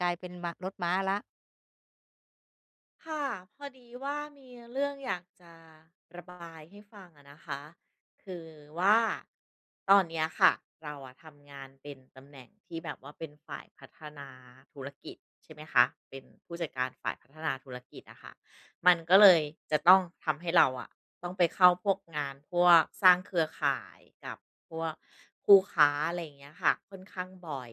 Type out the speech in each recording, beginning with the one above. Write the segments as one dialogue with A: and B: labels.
A: กลายเป็นมารถม้าแล้ว
B: ค่ะพอดีว่ามีเรื่องอยากจะระบายให้ฟังอะนะคะคือว่าตอนเนี้ยค่ะเราอะทำงานเป็นตำแหน่งที่แบบว่าเป็นฝ่ายพัฒนาธุรกิจใช่ไหมคะเป็นผู้จัดการฝ่ายพัฒนาธุรกิจอะค่ะมันก็เลยจะต้องทำให้เราอะต้องไปเข้าพวกงานพวกสร้างเครือข่ายกับพวกคู่ค้าอะไรอย่างเงี้ยค่ะค่อนข้างบ่อย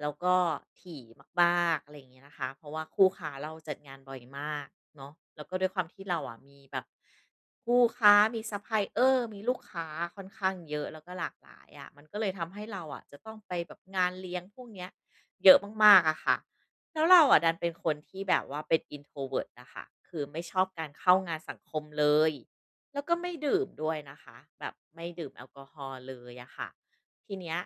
B: แล้วก็ถี่มากๆอะไรอย่างเงี้ยนะคะ เพราะว่าคู่ค้าเราจัดงานบ่อยมากเนาะแล้วก็ด้วยความที่เราอะมีแบบคู่ค้ามีซัพพลายเออร์มีลูกค้าค่อนข้างเยอะแล้วก็หลากหลายอะมันก็เลยทำให้เราอะจะต้องไปแบบงานเลี้ยงพวกเนี้ยเยอะมากๆอะค่ะ แล้วเราอะดันเป็นคนที่แบบว่าเป็น introvert นะคะคือไม่ชอบการเข้างานสังคมเลยแล้วก็ไม่ดื่มด้วยนะคะแบบไม่ดื่มแอลกอฮอล์เลยอะค่ะ ทีเนี้ย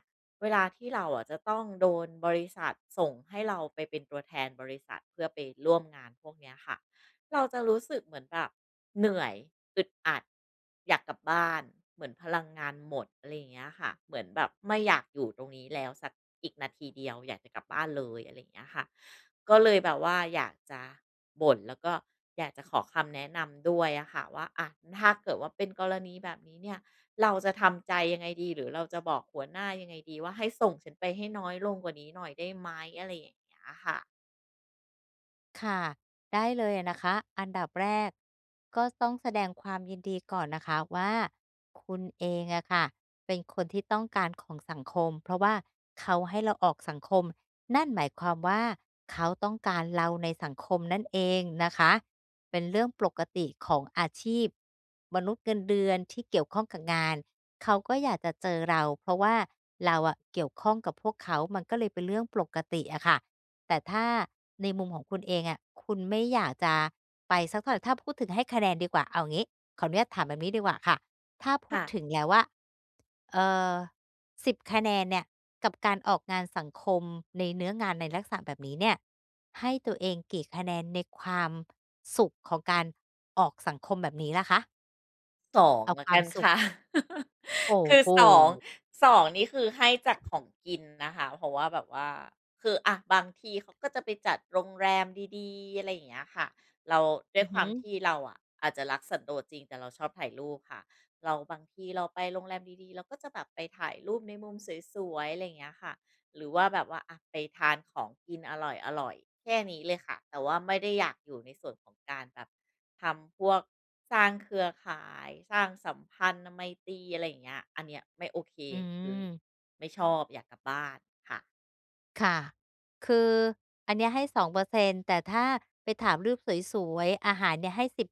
B: เวลาที่เราอะจะต้องโดนบริษัทส่งให้เราไปเป็นตัวแทนบริษัทเพื่อไปร่วมงานพวกเนี้ยค่ะเราจะรู้สึกเหมือนแบบเหนื่อยอึดอัดอยากกลับบ้านเหมือนพลังงานหมดอะไรอย่างเงี้ยค่ะเหมือนแบบไม่อยากอยู่ตรงนี้แล้วสักอีกนาทีเดียวอยากจะกลับบ้านเลยอะไรอย่างเงี้ยค่ะก็เลยแบบว่าอยากจะบ่นแล้วก็อยากจะขอคำแนะนำด้วยอะค่ะว่าอ่ะถ้าเกิดว่าเป็นกรณีแบบนี้เนี่ย เราจะทำใจยังไงดีหรือเราจะบอกหัวหน้ายังไงดีว่าให้ส่งฉันไปให้น้อยลงกว่านี้หน่อยได้ไหมอะไรอย่างเงี้ยค่ะ
A: ค่ะได้เลยอะนะคะอันดับแรกก็ต้องแสดงความยินดีก่อนนะคะว่าคุณเองอะค่ะเป็นคนที่ต้องการของสังคมเพราะว่าเขาให้เราออกสังคมนั่นหมายความว่าเขาต้องการเราในสังคมนั่นเองนะคะเป็นเรื่องปกติของอาชีพมนุษย์เงินเดือนที่เกี่ยวข้องกับงานเขาก็อยากจะเจอเราเพราะว่าเราอะเกี่ยวข้องกับพวกเขามันก็เลยเป็นเรื่องปกติอะค่ะ แต่ถ้าในมุมของคุณเองอะคุณไม่อยากจะไปสักเท่าไหรถ้าพูดถึงให้คะแนนดีกว่าเอางี้ขออนุญาตถามแบบนี้ดีกว่าค่ะถ้าพูด
B: ค่ะ
A: ถึงแล้วว่าเอ่อ10คะแนนเนี่ยกับการออกงานสังคมในเนื้องานในลักษณะแบบนี้เนี่ยให้ตัวเองกี่คะแนนในความสุขของการออกสังคมแบบนี้ล่ะคะ
B: 2ง
A: เอา
B: ละ
A: ควา
B: กั
A: ม
B: น
A: สุข
B: ค่ะ
A: โอ้
B: คือ
A: โฮ
B: สอ2นี่คือให้จากของกินนะคะเพราะว่าแบบว่าคืออะบางทีเขาก็จะไปจัดโรงแรมดีๆอะไรอย่างเงี้ยค่ะเราด้ว
A: อื
B: ย
A: อ
B: ควา
A: ฮึ
B: มที่เราอะอาจจะรักสันโดษจริงแต่เราชอบถ่ายรูปค่ะเราบางทีเราไปโรงแรมดีๆเราก็จะแบบไปถ่ายรูปในมุมสวยๆอะไรอย่างเงี้ยค่ะหรือว่าแบบว่าอะไปทานของกินอร่อยๆแค่นี้เลยค่ะแต่ว่าไม่ได้อยากอยู่ในส่วนของการแบบ ทำพวกสร้างเครือข่ายสร้างสัมพันธไมตรีอะไรอย่างเงี้ยอันเนี้ยไม่โอเค
A: อื
B: คือ
A: ม
B: ไม่ชอบอยากกลับบ้านค่ะ
A: ค่ะ คืออันเนี้ยให้2%แต่ถ้าไปถามรูปสวยๆอาหารเนี่ยให้10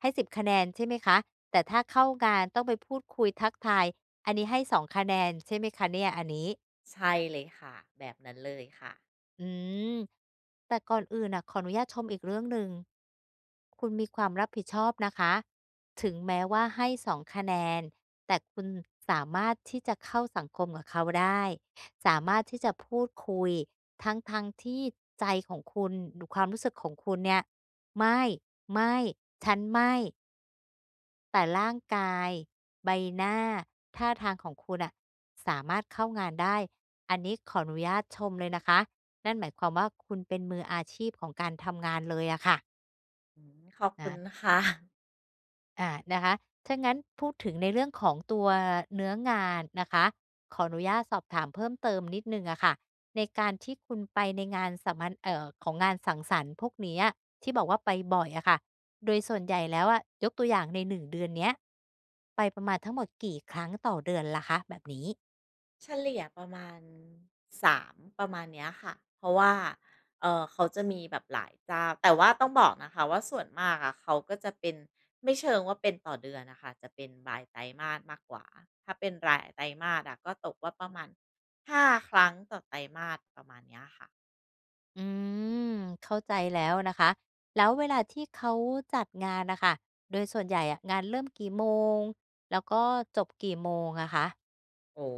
A: ให้สิบคะแนนใช่ไหมคะแต่ถ้าเข้างานต้องไปพูดคุยทักทายอันนี้ให้2คะแนนใช่ไหมคะเนี่ยอันนี้
B: ใช่เลยค่ะแบบนั้นเลยค่ะ
A: อืมแต่ก่อนอื่นน่ะขออนุญาตชมอีกเรื่องหนึ่งคุณมีความรับผิดชอบนะคะถึงแม้ว่าให้สองคะแนนแต่คุณสามารถที่จะเข้าสังคมกับเขาได้สามารถที่จะพูดคุยทั้งทงที่ใจของคุณความรู้สึกของคุณเนี่ยไม่ไม่ฉันไม่ แต่ร่างกายใบหน้าท่าทางของคุณอะสามารถเข้างานได้ อันนี้ขออนุญาตชมเลยนะคะ นั่นหมายความว่าคุณเป็นมืออาชีพของการทำงานเลยอะค่ะ
B: อืมขอบคุ
A: อา
B: ณค่ะ
A: อานะคะถ้างั้นพูดถึงในเรื่องของตัวเนื้องานนะคะขออนุญาตสอบถามเพิ่มเติมนิดนึงอะค่ะในการที่คุณไปในงานสัมมนของงานสังสรรค์พวกเนี้ยที่บอกว่าไปบ่อยอะค่ะโดยส่วนใหญ่แล้วอะยกตัวอย่างในหนึ่งเดือนเนี้ยไปประมาณทั้งหมดกี่ครั้งต่อเดือนล่ะคะแบบนี้
B: เฉลี่ยประมาณสามประมาณเนี้ยค่ะเพราะว่าเขาจะมีแบบหลายเจ้าแต่ว่าต้องบอกนะคะว่าส่วนมากอะเขาก็จะเป็นไม่เชิงว่าเป็นต่อเดือนนะคะจะเป็นรายไตรมาสมากกว่าถ้าเป็นรายไตรมาสอะก็ตกว่าประมาณ5ครั้งต่อไตรมาสประมาณเนี้ยค่ะ
A: อืมเข้าใจแล้วนะคะแล้วเวลาที่เขาจัดงานนะคะโดยส่วนใหญ่อะงานเริ่มกี่โมงแล้วก็จบกี่โมงอะคะ
B: โอ้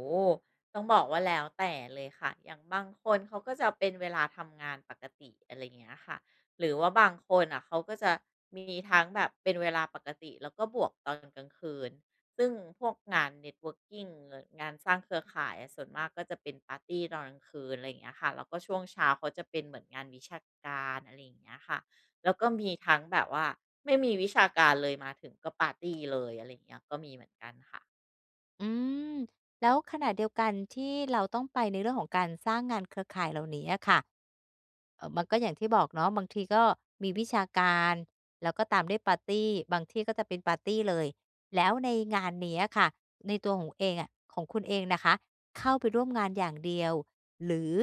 B: ต้องบอกว่าแล้วแต่เลยค่ะอย่างบางคนเขาก็จะเป็นเวลาทำงานปกติอะไรอย่างเงี้ยค่ะหรือว่าบางคนอ่ะเขาก็จะมีทั้งแบบเป็นเวลาปกติแล้วก็บวกตอนกลางคืนซึ่งพวกงานเน็ต o r ิร n กเ่งงานสร้างเครือข่ายอะส่วนมากก็จะเป็นปาร์ตีตอนกลางคืนอะไรอย่างเงี้ยค่ะแล้วก็ช่วงเช้าเขาจะเป็นเหมือนงานวิชาการอะไรอย่างเงี้ยค่ะแล้วก็มีทั้งแบบว่าไม่มีวิชาการเลยมาถึงก็ปาร์ตีเลยอะไรอย่างเงี้ยก็มีเหมือนกันค่ะ
A: อืมแล้วขณะเดียวกันที่เราต้องไปในเรื่องของการสร้างงานเครือข่ายเหล่านี้อะค่ะ มันก็อย่างที่บอกเนาะบางทีก็มีวิชาการแล้วก็ตามด้วยปาร์ตี้บางที่ก็จะเป็นปาร์ตี้เลยแล้วในงานเนี้ยค่ะในตัวของเองอะของคุณเองนะคะเข้าไปร่วมงานอย่างเดียวหรือ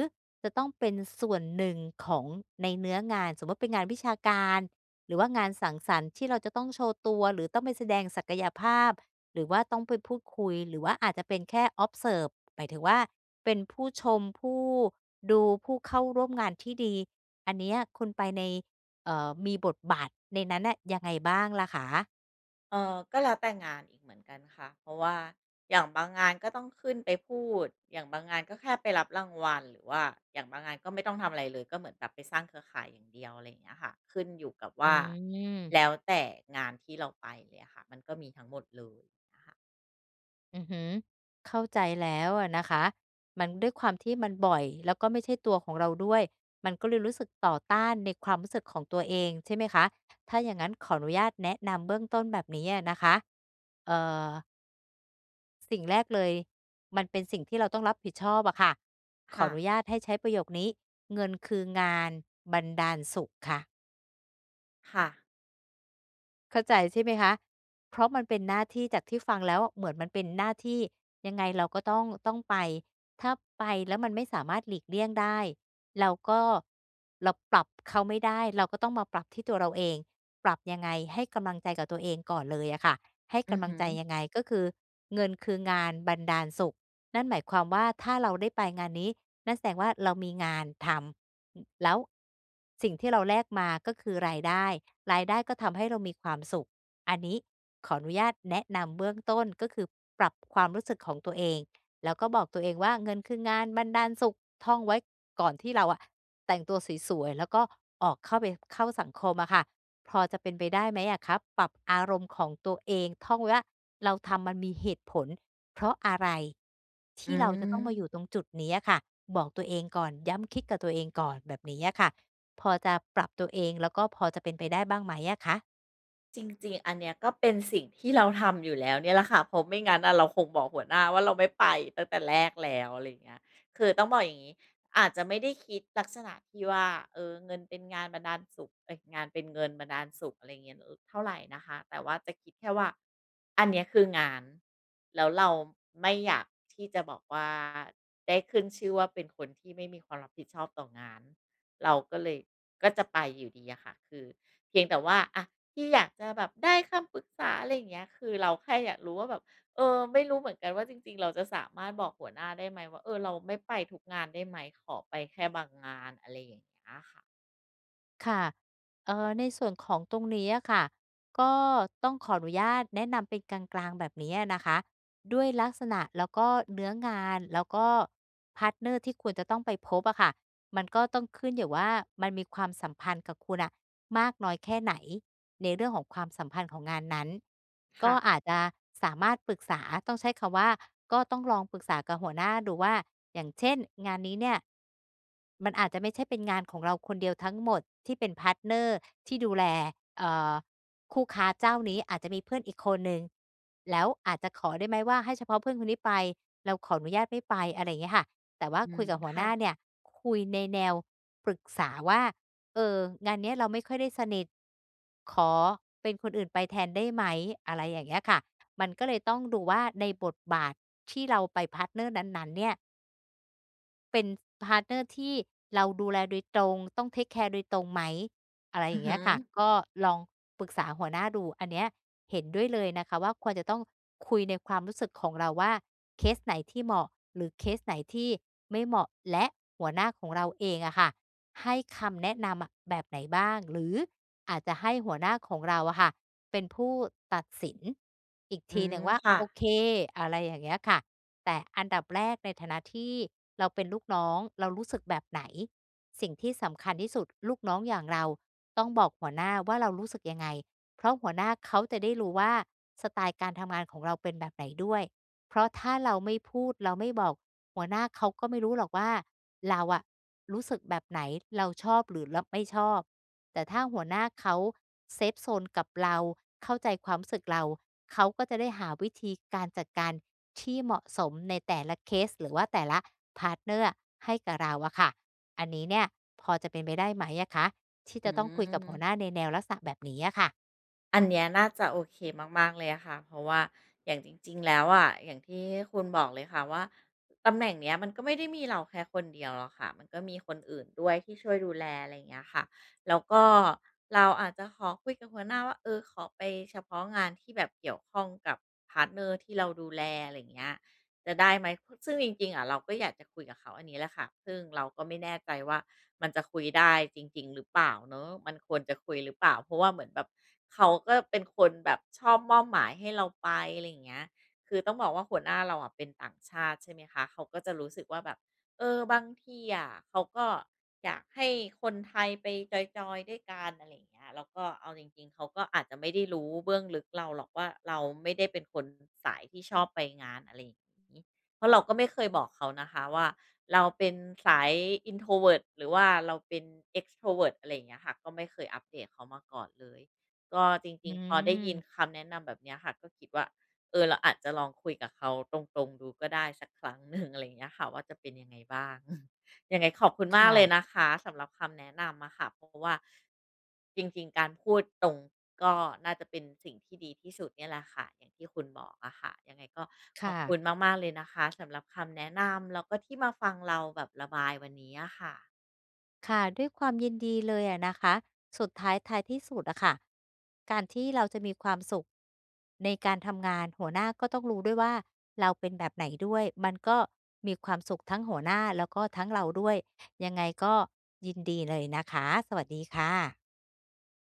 A: จะต้องเป็นส่วนหนึ่งของในเนื้องานสมมติเป็นงานวิชาการหรือว่างานสังสรรค์ที่เราจะต้องโชว์ตัวหรือต้องไปแสดงศักยภาพหรือว่าต้องไปพูดคุยหรือว่าอาจจะเป็นแค่ observe หมายถึงว่าเป็นผู้ชมผู้ ดูผู้เข้าร่วมงานที่ดีอันเนี้ยคุณไปในมีบทบาทในนั้นน่ะยังไงบ้างล่ะคะ
B: ก็แล้วแต่งานอีกเหมือนกันค่ะเพราะว่าอย่างบางงานก็ต้องขึ้นไปพูดอย่างบางงานก็แค่ไปรับรางวัลหรือว่าอย่างบางงานก็ไม่ต้องทำอะไรเลยก็เหมือนแบบไปสร้างเครือข่ายอย่างเดียวอะไรอย่างเงี้ยค่ะขึ้นอยู่กับ
A: อื
B: ว่าแล้ว
A: ม
B: แต่งานที่เราไปเลยอะค่ะมันก็มีทั้งหมดเลยนะคะ
A: อือฮึเข้าใจแล้วอะนะคะมันด้วยความที่มันบ่อยแล้วก็ไม่ใช่ตัวของเราด้วยมันก็เลยรู้สึกต่อต้านในความรู้สึกของตัวเองใช่ไหมคะถ้าอย่างงั้นขออนุญาตแนะนำเบื้องต้นแบบนี้อะนะคะเอ่อ สิ่งแรกเลยมันเป็นสิ่งที่เราต้องรับผิดชอบอะค่ะขอ
B: ค่ะ
A: อนุญาตให้ใช้ประโยคนี้เงินคืองานบันดาลสุขค่ะ
B: ค่ะ
A: เข้าใจใช่ไหมคะ เพราะมันเป็นหน้าที่จากที่ฟังแล้วเหมือนมันเป็นหน้าที่ยังไงเราก็ต้องไปถ้าไปแล้วมันไม่สามารถหลีกเลี่ยงได้เราก็เราปรับเขาไม่ได้เราก็ต้องมาปรับที่ตัวเราเองปรับยังไงให้กำลังใจกับตัวเองก่อนเลยอะค่ะให้
B: อือ
A: กำลัง
B: ฮึ
A: ใจยัง
B: อ
A: ไงก็คือเงินคืองานบันดาลสุขนั่นหมายความว่าถ้าเราได้ไปงานนี้นั่นแสดงว่าเรามีงานทำแล้วสิ่งที่เราแลกมาก็คือรายได้ รายได้ก็ทำให้เรามีความสุข อันนี้ขออนุญาตแนะนำเบื้องต้นก็คือปรับความรู้สึกของตัวเองแล้วก็บอกตัวเองว่าเงินคืองานบันดาลสุขท่องไว้ก่อนที่เราอะแต่งตัวสวยๆแล้วก็ออกเข้าไปเข้าสังคมอะค่ะพอจะเป็นไปได้ไหมอะครับปรับอารมณ์ของตัวเองท่องไว้ว่าเราทำมันมีเหตุผลเพราะอะไร
B: อื
A: ที่เราจะต้องมาอยู่
B: ม
A: ตรงจุดนี้อะค่ะบอกตัวเองก่อนย้ำคิดกับตัวเองก่อนแบบนี้อะค่ะ พอจะปรับตัวเองแล้วก็พอจะเป็นไปได้บ้างไหมอะคะ
B: จริงๆ อันเนี้ยก็เป็นสิ่งที่เราทำอยู่แล้วเนี่ยแหละค่ะเพราะไม่งั้นอะเราคงบอกหัวหน้าว่าเราไม่ไปตั้งแต่แรกแล้วอะไรอย่างเงี้ยคือต้องบอกอย่างงี้อาจจะไม่ได้คิดลักษณะที่ว่าเออเงินเป็นงานบันดาลสุขเอ๊ยงานเป็นเงินบันดาลสุขอะไรเงี้ยเออเท่าไรนะคะแต่ว่าจะคิดแค่ว่าอันเนี้ยคืองานแล้วเราไม่อยากที่จะบอกว่าได้ขึ้นชื่อว่าเป็นคนที่ไม่มีความรับผิดชอบต่องานเราก็เลยก็จะไปอยู่ดีอะค่ะคือเพียงแต่ว่าอะ ที่อยากจะแบบได้คำปรึกษาอะไรอย่างเงี้ยคือเราแค่อยากรู้ว่าแบบเออไม่รู้เหมือนกันว่าจริงๆเราจะสามารถบอกหัวหน้าได้ไหมว่าเออเราไม่ไปทุกงานได้ไหมขอไปแค่บางงานอะไรอย่างเงี้ยค่ะ
A: ค่ะในส่วนของตรงนี้อะค่ะก็ต้องขออนุญาตแนะนำเป็นกลางๆแบบนี้อะนะคะด้วยลักษณะแล้วก็เนื้องานแล้วก็พาร์ตเนอร์ที่ควรจะต้องไปพบอะค่ะ มันก็ต้องขึ้นอยู่ว่ามันมีความสัมพันธ์กับคุณอ่ะมากน้อยแค่ไหนในเรื่องของความสัมพันธ์ของงานนั้นก็
B: ค่ะ
A: อาจจะสามารถปรึกษาต้องใช้คำว่าก็ต้องลองปรึกษากับหัวหน้าดูว่าอย่างเช่นงานนี้เนี่ยมันอาจจะไม่ใช่เป็นงานของเราคนเดียวทั้งหมดที่เป็นพาร์ตเนอร์ที่ดูแลเอ่อคู่ค้าเจ้านี้อาจจะมีเพื่อนอีกคนหนึ่งแล้วอาจจะขอได้ไหมว่าให้เฉพาะเพื่อนคนนี้ไปเราขออนุญาตไม่ไปอะไรอย่างเงี้ยค่ะ แต่ว่า
B: อื
A: คุย
B: ม
A: กับหัวหน้า
B: ค่ะ
A: เนี่ยคุยในแนวปรึกษาว่าเอองานเนี้ยเราไม่ค่อยได้สนิทขอเป็นคนอื่นไปแทนได้ไหมอะไรอย่างเงี้ยค่ะมันก็เลยต้องดูว่าในบทบาทที่เราไปพาร์ตเนอร์นั้นๆเนี่ย เป็นพาร์ตเนอร์ที่เราดูแลโดยตรงต้องเทกแคร์โดยตรงไหมอะไรอ
B: อือ
A: ย่าง
B: ฮึ
A: เงี้ยค่ะก็ลองปรึกษาหัวหน้าดูอันเนี้ยเห็นด้วยเลยนะคะว่าควรจะต้องคุยในความรู้สึกของเราว่าเคสไหนที่เหมาะหรือเคสไหนที่ไม่เหมาะและหัวหน้าของเราเองอะค่ะให้คำแนะนำอะแบบไหนบ้างหรืออาจจะให้หัวหน้าของเราอะค่ะเป็นผู้ตัดสินอีก
B: อื
A: ทีห
B: ม
A: นึ่งว่า
B: ค่ะ
A: โอเคอะไรอย่างเงี้ยค่ะ แต่อันดับแรกในฐานะที่เราเป็นลูกน้องเรารู้สึกแบบไหนสิ่งที่สำคัญที่สุดลูกน้องอย่างเราต้องบอกหัวหน้าว่าเรารู้สึกยังไงเพราะหัวหน้าเขาจะได้รู้ว่าสไตล์การทำงานของเราเป็นแบบไหนด้วยเพราะถ้าเราไม่พูดเราไม่บอกหัวหน้าเขาก็ไม่รู้หรอกว่าเราอะรู้สึกแบบไหนเราชอบหรือเราไม่ชอบแต่ถ้าหัวหน้าเขาเซฟโซนกับเราเข้าใจความรู้สึกเราเขาก็จะได้หาวิธีการจัดการ ที่เหมาะสมในแต่ละเคสหรือว่าแต่ละพาร์ตเนอร์ให้กับเราอะค่ะอันนี้เนี่ยพอจะเป็นไปได้ไหมอะคะที่
B: อื
A: จะต้องคุยกับหัวหน้า
B: ม
A: ในแนวลักษณะแบบนี้อะค่ะ
B: อันเนี้ยน่าจะโอเคมากๆเลยอะค่ะเพราะว่าอย่างจริงๆแล้วอะอย่างที่คุณบอกเลยค่ะว่าตำแหน่งเนี้ยมันก็ไม่ได้มีเราแค่คนเดียวหรอกค่ะมันก็มีคนอื่นด้วยที่ช่วยดูแลอะไรอย่างเงี้ยค่ะแล้วก็เราอาจจะขอคุยกับหัวหน้าว่าเออขอไปเฉพาะงานที่แบบเกี่ยวข้องกับพาร์ตเนอร์ที่เราดูแลอะไรอย่างเงี้ย จะได้ไหมซึ่งจริงๆอะเราก็อยากจะคุยกับเขาอันนี้แหละค่ะซึ่งเราก็ไม่แน่ใจว่ามันจะคุยได้จริงๆหรือเปล่าเนาะมันควรจะคุยหรือเปล่าเพราะว่าเหมือนแบบเขาก็เป็นคนแบบชอบมอบหมายให้เราไปอะไรอย่างเงี้ยคือต้องบอกว่าหัวหน้าเราอะเป็นต่างชาติใช่ไหมคะเขาก็จะรู้สึกว่าแบบ เออบางทีอะเขาก็อยากให้คนไทยไปจอยๆด้วยกันอะไรอย่างเงี้ยแล้วก็เอาจริงๆเขาก็อาจจะไม่ได้รู้เบื้องลึกเราหรอกว่าเราไม่ได้เป็นคนสายที่ชอบไปงานอะไรอย่างงี้เพราะเราก็ไม่เคยบอกเขานะคะว่าเราเป็นสาย introvert หรือว่าเราเป็น extrovert อะไรอย่างเงี้ยค่ะก็ไม่เคยอัปเดตเขามาก่อนเลยก็จ
A: อื
B: ริงๆพอได้ยิน
A: ม
B: คำแนะนำแบบเนี้ยค่ะก็คิดว่า เออเราอาจจะลองคุยกับเขาตรงๆดูก็ได้สักครั้ง 1อะไรอย่างเงี้ยค่ะว่าจะเป็นยังไงบ้าง ยังไงขอบคุณมากเลยนะ
A: ค่ะ
B: คะสำหรับคำแนะนำอะค่ะเพราะว่าจริงๆการพูดตรงก็น่าจะเป็นสิ่งที่ดีที่สุดเนี่ยแหละค่ะอย่างที่คุณบอกอะค่ะยังไงก็ขอบ
A: ค่ะ
B: คุณมากๆเลยนะคะสำหรับคำแนะนำแล้วก็ที่มาฟังเราแบบระบายวันนี้อะค่ะ
A: ค่ะด้วยความยินดีเลยอะนะคะสุดท้ายท้ายที่สุดอะค่ะการที่เราจะมีความสุขในการทำงานหัวหน้าก็ต้องรู้ด้วยว่าเราเป็นแบบไหนด้วยมันก็มีความสุขทั้งหัวหน้าแล้วก็ทั้งเราด้วยยังไงก็ยินดีเลยนะคะสวัสดีค่ะ